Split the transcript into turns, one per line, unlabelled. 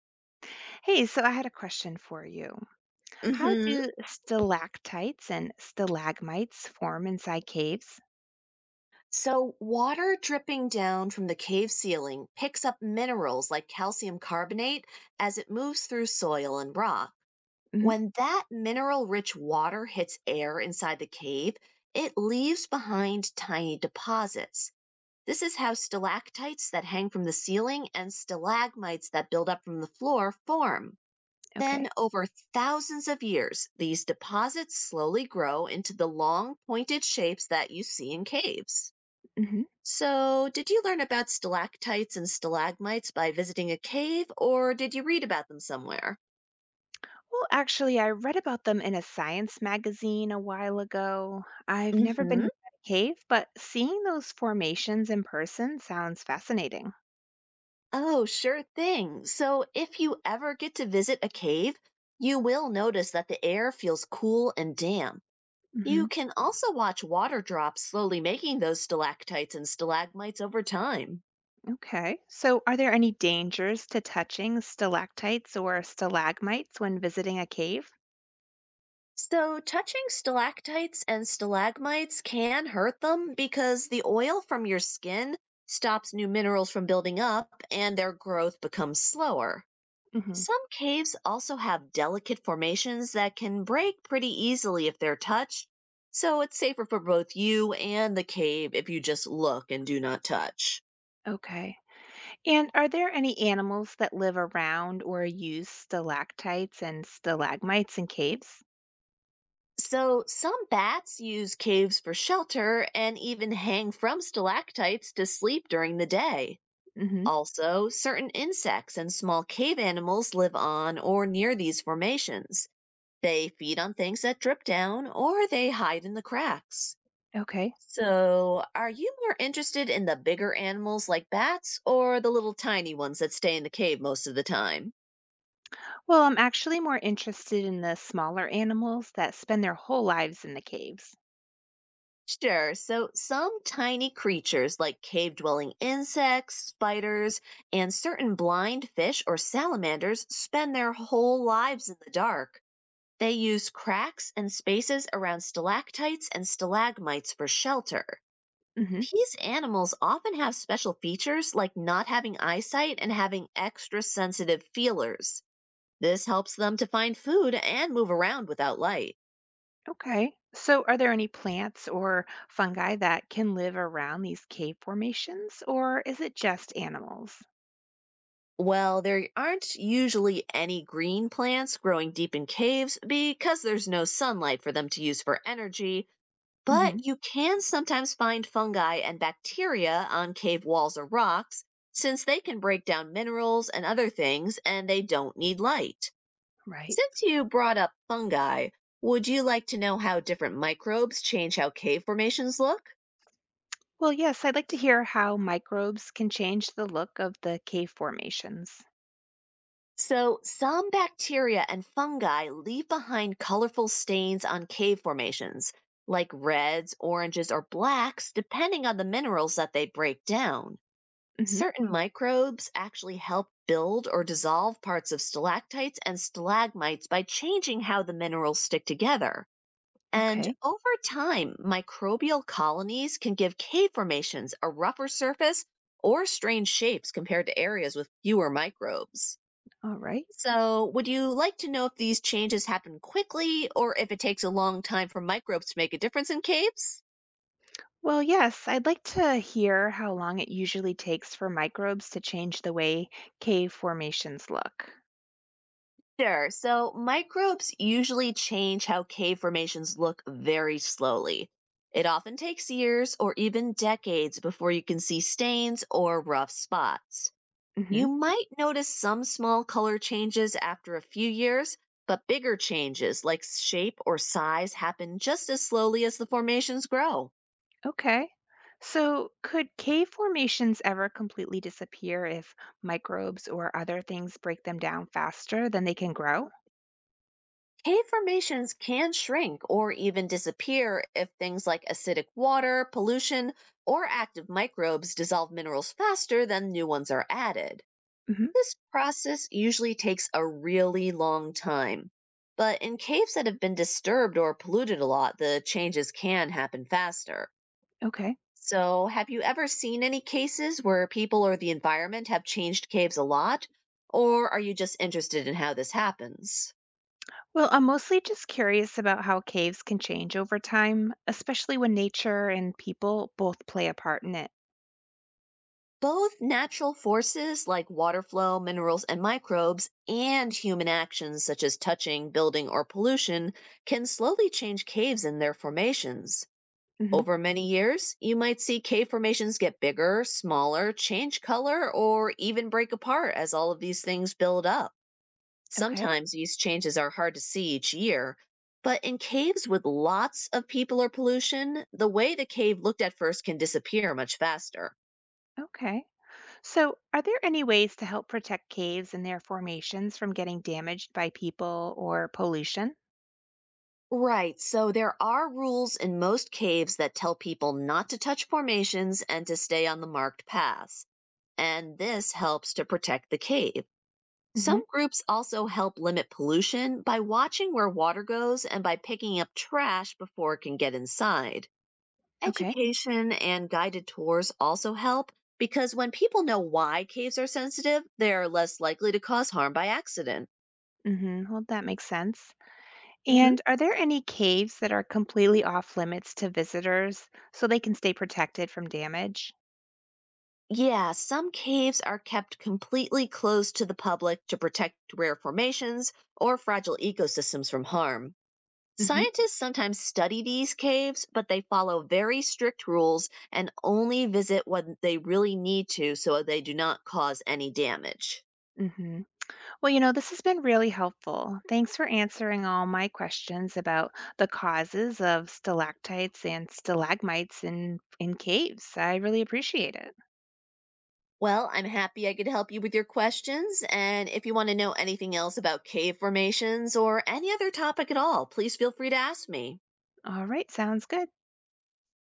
Hey, so I had a question for you. How
hmm
do stalactites and stalagmites form inside caves?
So, water dripping down from the cave ceiling picks up minerals like calcium carbonate as it moves through soil and rock.
Hmm.
When that mineral rich water hits air inside the cave, it leaves behind tiny deposits. This is how stalactites that hang from the ceiling and stalagmites that build up from the floor form. Then,
Okay.
over thousands of years, these deposits slowly grow into the long, pointed shapes that you see in caves.
Hmm.
So, did you learn about stalactites and stalagmites by visiting a cave, or did you read about them somewhere?
Well, actually, I read about them in a science magazine a while ago. I've never
Hmm.
been inside a cave, but seeing those formations in person sounds fascinating.
Oh, sure thing. So, if you ever get to visit a cave, you will notice that the air feels cool and damp.
Hmm.
You can also watch water drops slowly making those stalactites and stalagmites over time.
Okay. So, are there any dangers to touching stalactites or stalagmites when visiting a cave?
So, touching stalactites and stalagmites can hurt them because the oil from your skin stops new minerals from building up and their growth becomes slower.
Hmm.
Some caves also have delicate formations that can break pretty easily if they're touched, so it's safer for both you and the cave if you just look and do not touch.
Okay. And are there any animals that live around or use stalactites and stalagmites in caves?
So, some bats use caves for shelter and even hang from stalactites to sleep during the day.
Hmm.
Also, certain insects and small cave animals live on or near these formations. They feed on things that drip down or they hide in the cracks.
Okay.
So, are you more interested in the bigger animals like bats or the little tiny ones that stay in the cave most of the time?
Well, I'm actually more interested in the smaller animals that spend their whole lives in the caves.
Sure, so some tiny creatures like cave dwelling insects, spiders, and certain blind fish or salamanders spend their whole lives in the dark. They use cracks and spaces around stalactites and stalagmites for shelter.
Hmm.
These animals often have special features like not having eyesight and having extra sensitive feelers. This helps them to find food and move around without light.
Okay. So, are there any plants or fungi that can live around these cave formations, or is it just animals?
Well, there aren't usually any green plants growing deep in caves because there's no sunlight for them to use for energy,
Hmm.
but you can sometimes find fungi and bacteria on cave walls or rocks, since they can break down minerals and other things and they don't need light.
Right.
Since you brought up fungi, would you like to know how different microbes change how cave formations look?
Well, yes, I'd like to hear how microbes can change the look of the cave formations.
So, some bacteria and fungi leave behind colorful stains on cave formations, like reds, oranges, or blacks, depending on the minerals that they break down.
Hmm.
Certain microbes actually help build or dissolve parts of stalactites and stalagmites by changing how the minerals stick together. And
Okay.
over time, microbial colonies can give cave formations a rougher surface or strange shapes compared to areas with fewer microbes.
All right.
So, would you like to know if these changes happen quickly or if it takes a long time for microbes to make a difference in caves?
Well, yes, I'd like to hear how long it usually takes for microbes to change the way cave formations look.
Sure. So microbes usually change how cave formations look very slowly. It often takes years or even decades before you can see stains or rough spots.
Hmm.
You might notice some small color changes after a few years, but bigger changes like shape or size happen just as slowly as the formations grow.
Okay. So, could cave formations ever completely disappear if microbes or other things break them down faster than they can grow?
Cave formations can shrink or even disappear if things like acidic water, pollution, or active microbes dissolve minerals faster than new ones are added.
Hmm.
This process usually takes a really long time. But in caves that have been disturbed or polluted a lot, the changes can happen faster.
Okay.
So, have you ever seen any cases where people or the environment have changed caves a lot? Or are you just interested in how this happens?
Well, I'm mostly just curious about how caves can change over time, especially when nature and people both play a part in it.
Both natural forces like water flow, minerals, and microbes, and human actions such as touching, building, or pollution can slowly change caves and their formations.
Hmm.
Over many years, you might see cave formations get bigger, smaller, change color, or even break apart as all of these things build up.
Okay.
Sometimes these changes are hard to see each year, but in caves with lots of people or pollution, the way the cave looked at first can disappear much faster.
Okay. So, are there any ways to help protect caves and their formations from getting damaged by people or pollution?
Right. So there are rules in most caves that tell people not to touch formations and to stay on the marked paths. And this helps to protect the cave. Some
Hmm.
groups also help limit pollution by watching where water goes and by picking up trash before it can get inside.
Okay.
Education and guided tours also help because when people know why caves are sensitive, they're less likely to cause harm by accident.
Hmm. Well, that makes sense. And are there any caves that are completely off limits to visitors so they can stay protected from damage?
Yeah, some caves are kept completely closed to the public to protect rare formations or fragile ecosystems from harm.
Hmm.
Scientists sometimes study these caves, but they follow very strict rules and only visit when they really need to so they do not cause any damage.
Hmm. Well, you know, this has been really helpful. Thanks for answering all my questions about the causes of stalactites and stalagmites in caves. I really appreciate it.
Well, I'm happy I could help you with your questions. And if you want to know anything else about cave formations or any other topic at all, please feel free to ask me.
All right, sounds good.